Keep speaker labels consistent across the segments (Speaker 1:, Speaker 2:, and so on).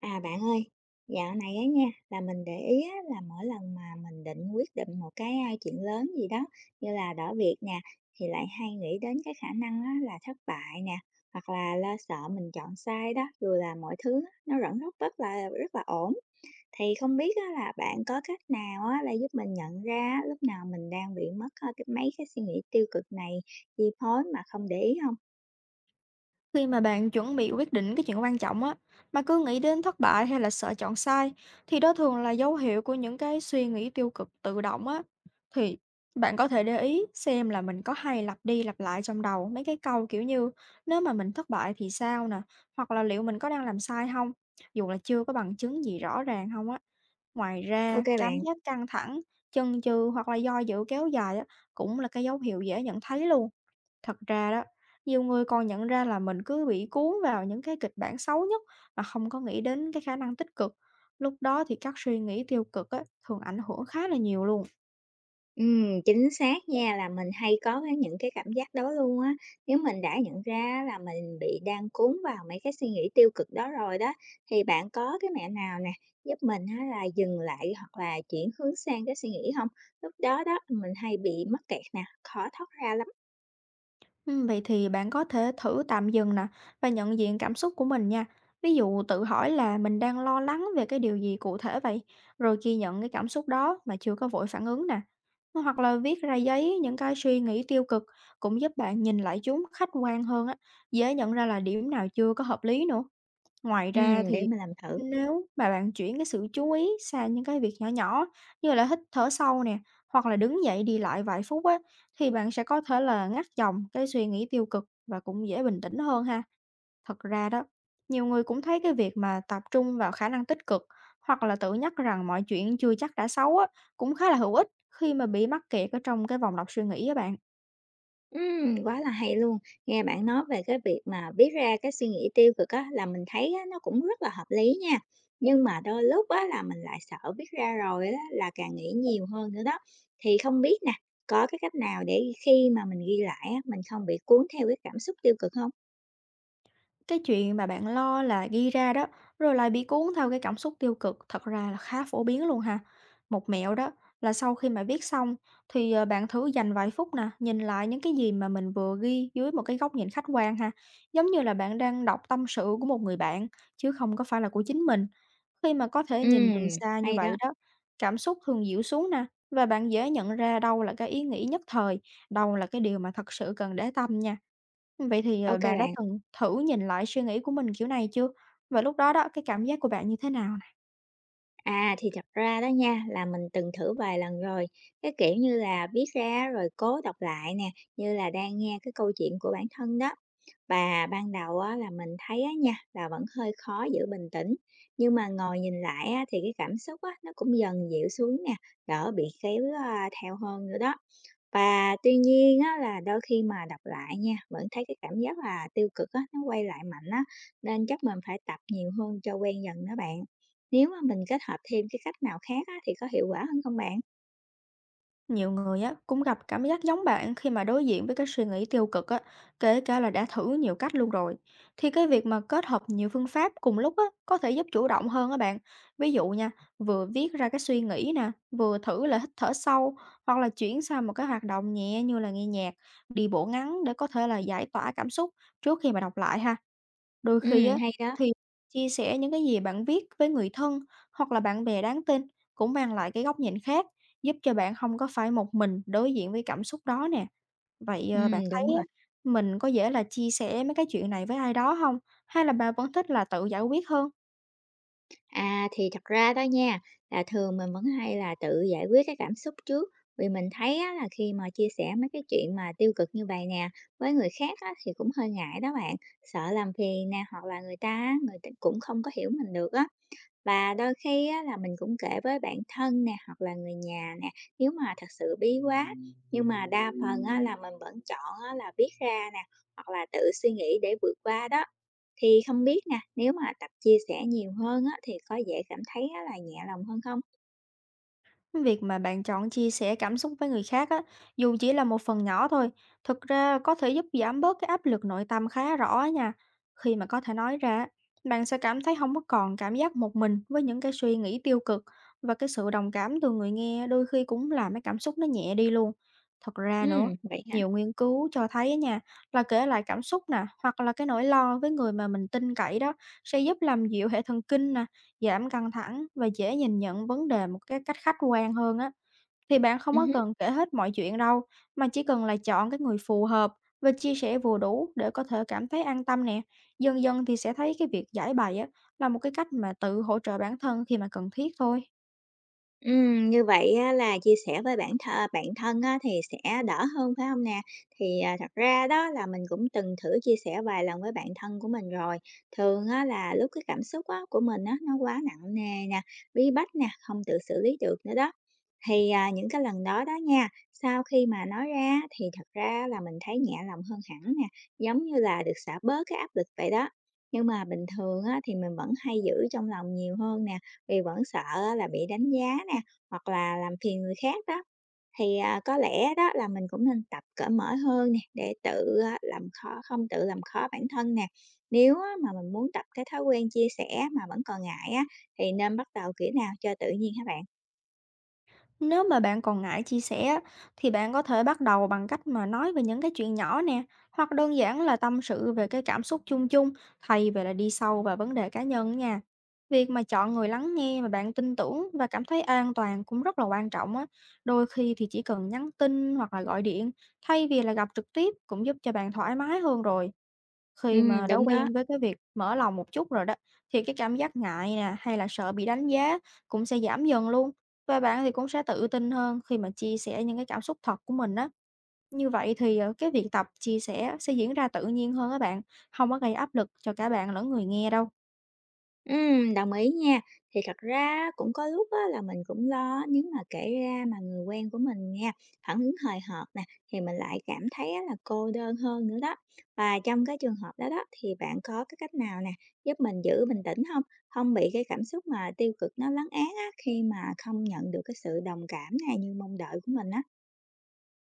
Speaker 1: À, bạn ơi, dạo này á nha, là mình để ý á, là mỗi lần mà mình định quyết định một cái, chuyện lớn gì đó, như là đổi việc nè, thì lại hay nghĩ đến cái khả năng á, là thất bại nè, hoặc là lo sợ mình chọn sai đó, dù là mọi thứ á, nó vẫn rất rất là ổn. Thì không biết á, là bạn có cách nào á, là giúp mình nhận ra á, lúc nào mình đang bị mất, cái mấy cái suy nghĩ tiêu cực này chi phối mà không để ý không.
Speaker 2: Khi mà bạn chuẩn bị quyết định cái chuyện quan trọng á, mà cứ nghĩ đến thất bại hay là sợ chọn sai, thì đó thường là dấu hiệu của những cái suy nghĩ tiêu cực tự động á. Thì bạn có thể để ý xem là mình có hay lặp đi lặp lại trong đầu mấy cái câu kiểu như nếu mà mình thất bại thì sao nè, hoặc là liệu mình có đang làm sai không, dù là chưa có bằng chứng gì rõ ràng không á. Ngoài
Speaker 1: Ok
Speaker 2: ra, cảm
Speaker 1: bạn.
Speaker 2: giác căng thẳng, chần chừ hoặc là do dự kéo dài á, cũng là cái dấu hiệu dễ nhận thấy luôn. Thật ra đó, nhiều người còn nhận ra là mình cứ bị cuốn vào những cái kịch bản xấu nhất mà không có nghĩ đến cái khả năng tích cực. Lúc đó thì các suy nghĩ tiêu cực á, thường ảnh hưởng khá là nhiều luôn.
Speaker 1: Chính xác nha, là mình hay có cái những cái cảm giác đó luôn á. Nếu mình đã nhận ra là mình bị đang cuốn vào mấy cái suy nghĩ tiêu cực đó rồi đó, thì bạn có cái mẹo nào nè, giúp mình á là dừng lại hoặc là chuyển hướng sang cái suy nghĩ không? Lúc đó đó, mình hay bị mắc kẹt nè, khó thoát ra lắm.
Speaker 2: Ừ, vậy thì bạn có thể thử tạm dừng nè và nhận diện cảm xúc của mình nha. Ví dụ tự hỏi là mình đang lo lắng về cái điều gì cụ thể vậy, rồi ghi nhận cái cảm xúc đó mà chưa có vội phản ứng nè. Hoặc là viết ra giấy những cái suy nghĩ tiêu cực cũng giúp bạn nhìn lại chúng khách quan hơn á, dễ nhận ra là điểm nào chưa có hợp lý nữa. Ngoài ra
Speaker 1: Để
Speaker 2: thì
Speaker 1: mình làm thử.
Speaker 2: nếu mà bạn chuyển cái sự chú ý sang những cái việc nhỏ nhỏ như là hít thở sâu nè, hoặc là đứng dậy đi lại vài phút á, thì bạn sẽ có thể là ngắt dòng cái suy nghĩ tiêu cực và cũng dễ bình tĩnh hơn ha. Thật ra đó, nhiều người cũng thấy cái việc mà tập trung vào khả năng tích cực hoặc là tự nhắc rằng mọi chuyện chưa chắc đã xấu á, cũng khá là hữu ích khi mà bị mắc kẹt ở trong cái vòng lặp suy nghĩ á bạn.
Speaker 1: Quá là hay luôn. Nghe bạn nói về cái việc mà viết ra cái suy nghĩ tiêu cực á, là mình thấy á, nó cũng rất là hợp lý nha. Nhưng mà đôi lúc á, là mình lại sợ viết ra rồi á, là càng nghĩ nhiều hơn nữa đó. Thì không biết nè, có cái cách nào để khi mà mình ghi lại á, mình không bị cuốn theo cái cảm xúc tiêu cực không?
Speaker 2: Cái chuyện mà bạn lo là ghi ra đó, rồi lại bị cuốn theo cái cảm xúc tiêu cực thật ra là khá phổ biến luôn ha. Một mẹo đó là sau khi mà viết xong thì bạn thử dành vài phút nè, nhìn lại những cái gì mà mình vừa ghi dưới một cái góc nhìn khách quan ha. Giống như là bạn đang đọc tâm sự của một người bạn chứ không có phải là của chính mình. Khi mà có thể nhìn từ
Speaker 1: Ừm,
Speaker 2: xa như
Speaker 1: hay
Speaker 2: vậy
Speaker 1: đó.
Speaker 2: đó, cảm xúc thường dịu xuống nè và bạn dễ nhận ra đâu là cái ý nghĩ nhất thời, đâu là cái điều mà thật sự cần để tâm nha. Vậy thì,
Speaker 1: Ok
Speaker 2: bạn đã
Speaker 1: bạn.
Speaker 2: từng thử nhìn lại suy nghĩ của mình kiểu này chưa? Và lúc đó đó, cái cảm giác của bạn như thế nào nè?
Speaker 1: À, thì thật ra đó nha, là mình từng thử vài lần rồi, cái kiểu như là, viết ra rồi cố đọc lại nè, như là đang nghe cái câu chuyện của bản thân đó. Và ban đầu á là mình thấy á nha, là vẫn hơi khó giữ bình tĩnh, nhưng mà ngồi nhìn lại á thì cái cảm xúc á, nó cũng dần dịu xuống nè, đỡ bị kéo, theo hơn nữa đó. Và tuy nhiên á là đôi khi mà đọc lại nha, vẫn thấy cái cảm giác là tiêu cực á, nó quay lại mạnh á, nên chắc mình phải tập nhiều hơn cho quen dần đó bạn. Nếu mà mình kết hợp thêm cái cách nào khác á, thì có hiệu quả hơn không bạn?
Speaker 2: Nhiều người á, cũng gặp cảm giác giống bạn khi mà đối diện với cái suy nghĩ tiêu cực á, kể cả là đã thử nhiều cách luôn rồi. Thì cái việc mà kết hợp nhiều phương pháp cùng lúc á, có thể giúp chủ động hơn á bạn. Ví dụ nha, vừa viết ra cái suy nghĩ nè, vừa thử là hít thở sâu, hoặc là chuyển sang một cái hoạt động nhẹ như là nghe nhạc, đi bộ ngắn để có thể là giải tỏa cảm xúc trước khi mà đọc lại ha. Đôi khi á,
Speaker 1: Hay đó.
Speaker 2: thì chia sẻ những cái gì bạn viết với người thân hoặc là bạn bè đáng tin cũng mang lại cái góc nhìn khác, giúp cho bạn không có phải một mình đối diện với cảm xúc đó nè. Vậy, bạn thấy
Speaker 1: Đúng
Speaker 2: á,
Speaker 1: rồi.
Speaker 2: mình có dễ là chia sẻ mấy cái chuyện này với ai đó không? Hay là bạn vẫn thích là tự giải quyết hơn?
Speaker 1: À, thì thật ra đó nha, là thường mình vẫn hay là tự giải quyết cái cảm xúc trước. Vì mình thấy á, là khi mà chia sẻ mấy cái chuyện mà tiêu cực như vậy nè, với người khác á, thì cũng hơi ngại đó bạn. Sợ làm phiền nè, hoặc là người ta cũng không có hiểu mình được á. Và đôi khi á là mình cũng kể với bạn thân nè, hoặc là người nhà nè, nếu mà thật sự bí quá. Nhưng mà đa phần á là mình vẫn chọn á là viết ra nè, hoặc là tự suy nghĩ để vượt qua đó. Thì không biết nè, nếu mà tập chia sẻ nhiều hơn á thì có dễ cảm thấy á là nhẹ lòng hơn không?
Speaker 2: Việc mà bạn chọn chia sẻ cảm xúc với người khác á, dù chỉ là một phần nhỏ thôi, thực ra có thể giúp giảm bớt cái áp lực nội tâm khá rõ á nha. Khi mà có thể nói ra, á, bạn sẽ cảm thấy không có còn cảm giác một mình với những cái suy nghĩ tiêu cực và cái sự đồng cảm từ người nghe đôi khi cũng làm cái cảm xúc nó nhẹ đi luôn. Thật ra nữa,
Speaker 1: Vậy hả?
Speaker 2: nhiều nghiên cứu cho thấy á nha, là kể lại cảm xúc nè, hoặc là cái nỗi lo với người mà mình tin cậy đó sẽ giúp làm dịu hệ thần kinh nè. Giảm căng thẳng và dễ nhìn nhận vấn đề một cái cách khách quan hơn á. Thì bạn không có
Speaker 1: Ừm.
Speaker 2: cần kể hết mọi chuyện đâu, mà chỉ cần là chọn cái người phù hợp và chia sẻ vừa đủ để có thể cảm thấy an tâm nè. Dần dần thì sẽ thấy cái việc giải bày á là một cái cách mà tự hỗ trợ bản thân khi mà cần thiết thôi.
Speaker 1: Như vậy á là chia sẻ với bạn thân á thì sẽ đỡ hơn, phải không nè? Thì, à, thật ra đó là mình cũng từng thử chia sẻ vài lần với bạn thân của mình rồi. Thường á là lúc cái cảm xúc á của mình á, nó quá nặng nề nè, bí bách nè, không tự xử lý được nữa đó. Thì, à, những cái lần đó đó nha, sau khi mà nói ra thì thật ra là mình thấy nhẹ lòng hơn hẳn nè, giống như là được xả bớt cái áp lực vậy đó. Nhưng mà bình thường á thì mình vẫn hay giữ trong lòng nhiều hơn nè, vì vẫn sợ á là bị đánh giá nè, hoặc là làm phiền người khác đó. Thì, à, có lẽ đó là mình cũng nên tập cởi mở hơn nè, để tự, a, làm khó không tự làm khó bản thân nè. Nếu á mà mình muốn tập cái thói quen chia sẻ mà vẫn còn ngại á, thì nên bắt đầu kiểu nào cho tự nhiên các bạn?
Speaker 2: Nếu mà bạn còn ngại chia sẻ á, thì bạn có thể bắt đầu bằng cách mà nói về những cái chuyện nhỏ nè, hoặc đơn giản là tâm sự về cái cảm xúc chung chung thay vì là đi sâu vào vấn đề cá nhân nha. Việc mà chọn người lắng nghe mà bạn tin tưởng và cảm thấy an toàn cũng rất là quan trọng á. Đôi khi thì chỉ cần nhắn tin hoặc là gọi điện thay vì là gặp trực tiếp cũng giúp cho bạn thoải mái hơn rồi. Khi mà đã
Speaker 1: Đúng đó.
Speaker 2: quen với cái việc mở lòng một chút rồi đó, thì cái cảm giác ngại nè, hay là sợ bị đánh giá cũng sẽ giảm dần luôn. Và bạn thì cũng sẽ tự tin hơn khi mà chia sẻ những cái cảm xúc thật của mình á. Như vậy thì cái việc tập chia sẻ sẽ diễn ra tự nhiên hơn các bạn, không có gây áp lực cho cả bạn lẫn người nghe đâu.
Speaker 1: Đồng ý nha. Thì thật ra cũng có lúc á, là mình cũng lo nếu mà kể ra mà người quen của mình nha, phản ứng hời hợt nè, thì mình lại cảm thấy á, là cô đơn hơn nữa đó. Và trong cái trường hợp đó đó, thì bạn có cái cách nào nè, giúp mình giữ bình tĩnh không, không bị cái cảm xúc mà tiêu cực nó lấn át á, khi mà không nhận được cái sự đồng cảm này như mong đợi của mình á.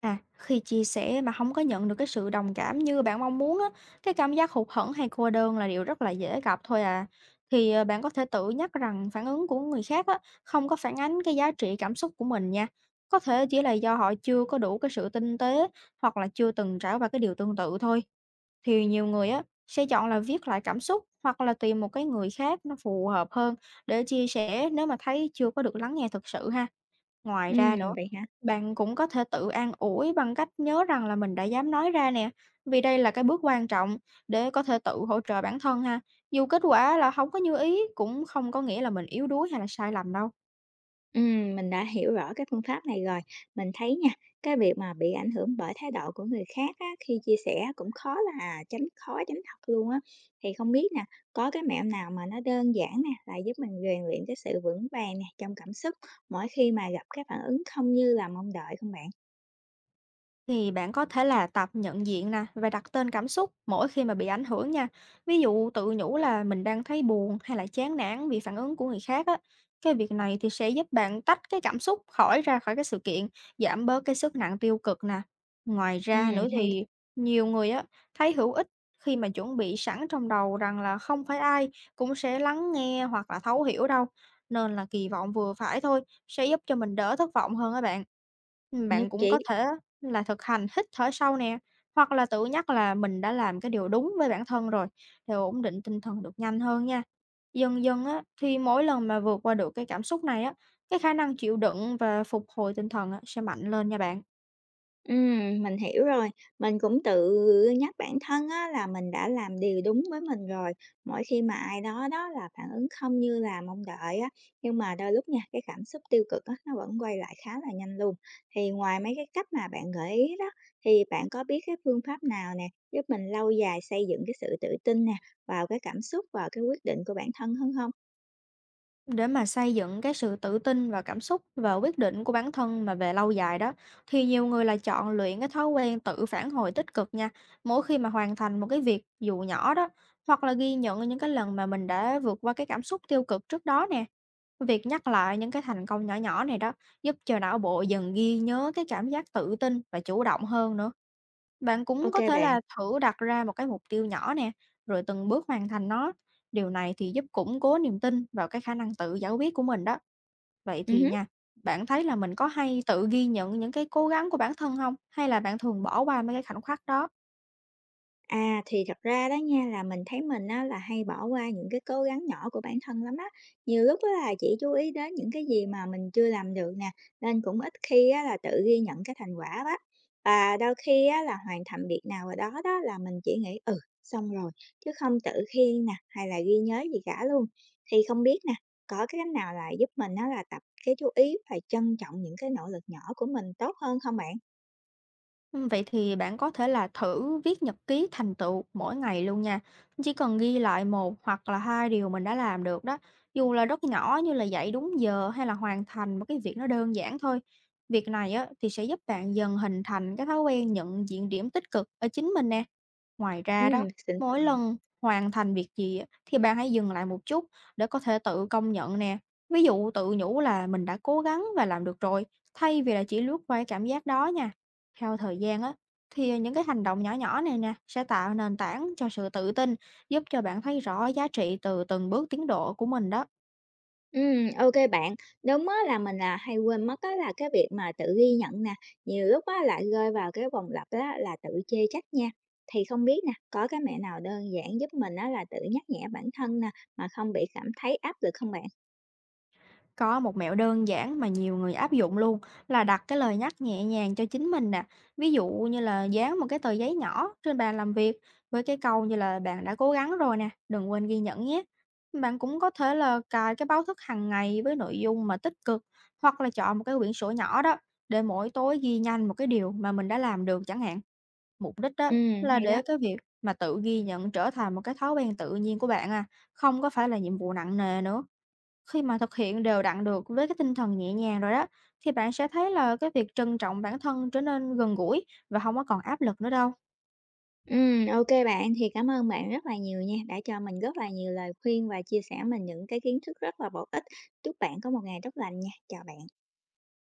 Speaker 2: À, khi chia sẻ mà không có nhận được cái sự đồng cảm như bạn mong muốn á, cái cảm giác hụt hẫng hay cô đơn là điều rất là dễ gặp thôi à. Thì, bạn có thể tự nhắc rằng phản ứng của người khác á, không có phản ánh cái giá trị cảm xúc của mình nha. Có thể chỉ là do họ chưa có đủ cái sự tinh tế hoặc là chưa từng trải qua cái điều tương tự thôi. Thì nhiều người á, sẽ chọn là viết lại cảm xúc hoặc là tìm một cái người khác nó phù hợp hơn để chia sẻ nếu mà thấy chưa có được lắng nghe thực sự ha. Ngoài ra nữa,
Speaker 1: Vậy hả?
Speaker 2: bạn cũng có thể tự an ủi bằng cách nhớ rằng là mình đã dám nói ra nè, vì đây là cái bước quan trọng để có thể tự hỗ trợ bản thân ha. Dù kết quả là không có như ý cũng không có nghĩa là mình yếu đuối hay là sai lầm đâu.
Speaker 1: Mình đã hiểu rõ cái phương pháp này rồi. Mình thấy nha, cái việc mà bị ảnh hưởng bởi thái độ của người khác á, khi chia sẻ cũng khó tránh thật luôn á. Thì không biết nè, có cái mẹo nào mà nó đơn giản nè, là giúp mình rèn luyện cái sự vững vàng nè trong cảm xúc mỗi khi mà gặp cái phản ứng không như là mong đợi không bạn?
Speaker 2: Thì bạn có thể là tập nhận diện nè và đặt tên cảm xúc mỗi khi mà bị ảnh hưởng nha. Ví dụ tự nhủ là mình đang thấy buồn hay là chán nản vì phản ứng của người khác á. Cái việc này thì sẽ giúp bạn tách cái cảm xúc ra khỏi cái sự kiện, giảm bớt cái sức nặng tiêu cực nè. Ngoài ra nữa
Speaker 1: Hay
Speaker 2: thì
Speaker 1: đó,
Speaker 2: nhiều người á thấy hữu ích khi mà chuẩn bị sẵn trong đầu rằng là không phải ai cũng sẽ lắng nghe hoặc là thấu hiểu đâu. Nên là kỳ vọng vừa phải thôi sẽ giúp cho mình đỡ thất vọng hơn á bạn.
Speaker 1: nhất
Speaker 2: Bạn cũng có
Speaker 1: trí.
Speaker 2: thể là thực hành hít thở sâu nè, hoặc là tự nhắc là mình đã làm cái điều đúng với bản thân rồi để ổn định tinh thần được nhanh hơn nha. Dần dần á, thì mỗi lần mà vượt qua được cái cảm xúc này á, cái khả năng chịu đựng và phục hồi tinh thần á, sẽ mạnh lên nha bạn.
Speaker 1: Mình hiểu rồi. Mình cũng tự nhắc bản thân á là mình đã làm điều đúng với mình rồi, mỗi khi mà ai đó đó là phản ứng không như là mong đợi á, nhưng mà đôi lúc nha, cái cảm xúc tiêu cực á, nó vẫn quay lại khá là nhanh luôn. Thì ngoài mấy cái cách mà bạn gợi ý đó, thì bạn có biết cái phương pháp nào nè, giúp mình lâu dài xây dựng cái sự tự tin nè, vào cái cảm xúc và cái quyết định của bản thân hơn không?
Speaker 2: Để mà xây dựng cái sự tự tin và cảm xúc và quyết định của bản thân mà về lâu dài đó, thì nhiều người là chọn luyện cái thói quen tự phản hồi tích cực nha. Mỗi khi mà hoàn thành một cái việc dù nhỏ đó, hoặc là ghi nhận những cái lần mà mình đã vượt qua cái cảm xúc tiêu cực trước đó nè. Việc nhắc lại những cái thành công nhỏ nhỏ này đó giúp cho não bộ dần ghi nhớ cái cảm giác tự tin và chủ động hơn nữa. Bạn cũng
Speaker 1: Ok
Speaker 2: có thể
Speaker 1: bạn.
Speaker 2: là thử đặt ra một cái mục tiêu nhỏ nè, rồi từng bước hoàn thành nó. Điều này thì giúp củng cố niềm tin vào cái khả năng tự giải quyết của mình đó. Vậy
Speaker 1: Ừ
Speaker 2: thì
Speaker 1: hứm.
Speaker 2: nha, bạn thấy là mình có hay tự ghi nhận những cái cố gắng của bản thân không? Hay là bạn thường bỏ qua mấy cái khoảnh khắc đó?
Speaker 1: À, thì thật ra đó nha là mình thấy mình á là hay bỏ qua những cái cố gắng nhỏ của bản thân lắm á. Nhiều lúc á là chỉ chú ý đến những cái gì mà mình chưa làm được nè, nên cũng ít khi á là tự ghi nhận cái thành quả á. Và đôi khi á là hoàn thành việc nào rồi đó đó là mình chỉ nghĩ ừ, xong rồi, chứ không tự khen nè hay là ghi nhớ gì cả luôn. Thì không biết nè, có cái cách nào là giúp mình á là tập cái chú ý và trân trọng những cái nỗ lực nhỏ của mình tốt hơn không bạn?
Speaker 2: Vậy thì bạn có thể là thử viết nhật ký thành tựu mỗi ngày luôn nha. Chỉ cần ghi lại một hoặc là hai điều mình đã làm được đó, dù là rất nhỏ như là dậy đúng giờ hay là hoàn thành một cái việc nó đơn giản thôi. Việc này á thì sẽ giúp bạn dần hình thành cái thói quen nhận diện điểm tích cực ở chính mình nè. Ngoài
Speaker 1: Ừ,
Speaker 2: ra đó,
Speaker 1: xin
Speaker 2: mỗi
Speaker 1: chào.
Speaker 2: lần hoàn thành việc gì á, thì bạn hãy dừng lại một chút để có thể tự công nhận nè. Ví dụ tự nhủ là mình đã cố gắng và làm được rồi, thay vì là chỉ lướt qua cái cảm giác đó nha. Theo thời gian á, thì những cái hành động nhỏ nhỏ này nè sẽ tạo nền tảng cho sự tự tin, giúp cho bạn thấy rõ giá trị từ từng bước tiến độ của mình đó.
Speaker 1: Ok bạn. Đúng á là mình là hay quên mất á là cái việc mà tự ghi nhận nè, nhiều lúc á lại rơi vào cái vòng lặp á là tự chê trách nha. Thì không biết nè, có cái mẹo nào đơn giản giúp mình á là tự nhắc nhẹ bản thân nè, mà không bị cảm thấy áp lực không bạn?
Speaker 2: Có một mẹo đơn giản mà nhiều người áp dụng luôn là đặt cái lời nhắc nhẹ nhàng cho chính mình nè. Ví dụ như là dán một cái tờ giấy nhỏ trên bàn làm việc với cái câu như là bạn đã cố gắng rồi nè, đừng quên ghi nhận nhé. Bạn cũng có thể là cài cái báo thức hàng ngày với nội dung mà tích cực hoặc là chọn một cái quyển sổ nhỏ đó để mỗi tối ghi nhanh một cái điều mà mình đã làm được chẳng hạn. Mục đích đó là
Speaker 1: Hay đó.
Speaker 2: để cái việc mà tự ghi nhận trở thành một cái thói quen tự nhiên của bạn à, không có phải là nhiệm vụ nặng nề nữa. Khi mà thực hiện đều đặn được với cái tinh thần nhẹ nhàng rồi đó, thì bạn sẽ thấy là cái việc trân trọng bản thân trở nên gần gũi và không có còn áp lực nữa đâu.
Speaker 1: Ok bạn, thì cảm ơn bạn rất là nhiều nha, đã cho mình rất là nhiều lời khuyên và chia sẻ mình những cái kiến thức rất là bổ ích. Chúc bạn có một ngày tốt lành nha. Chào bạn.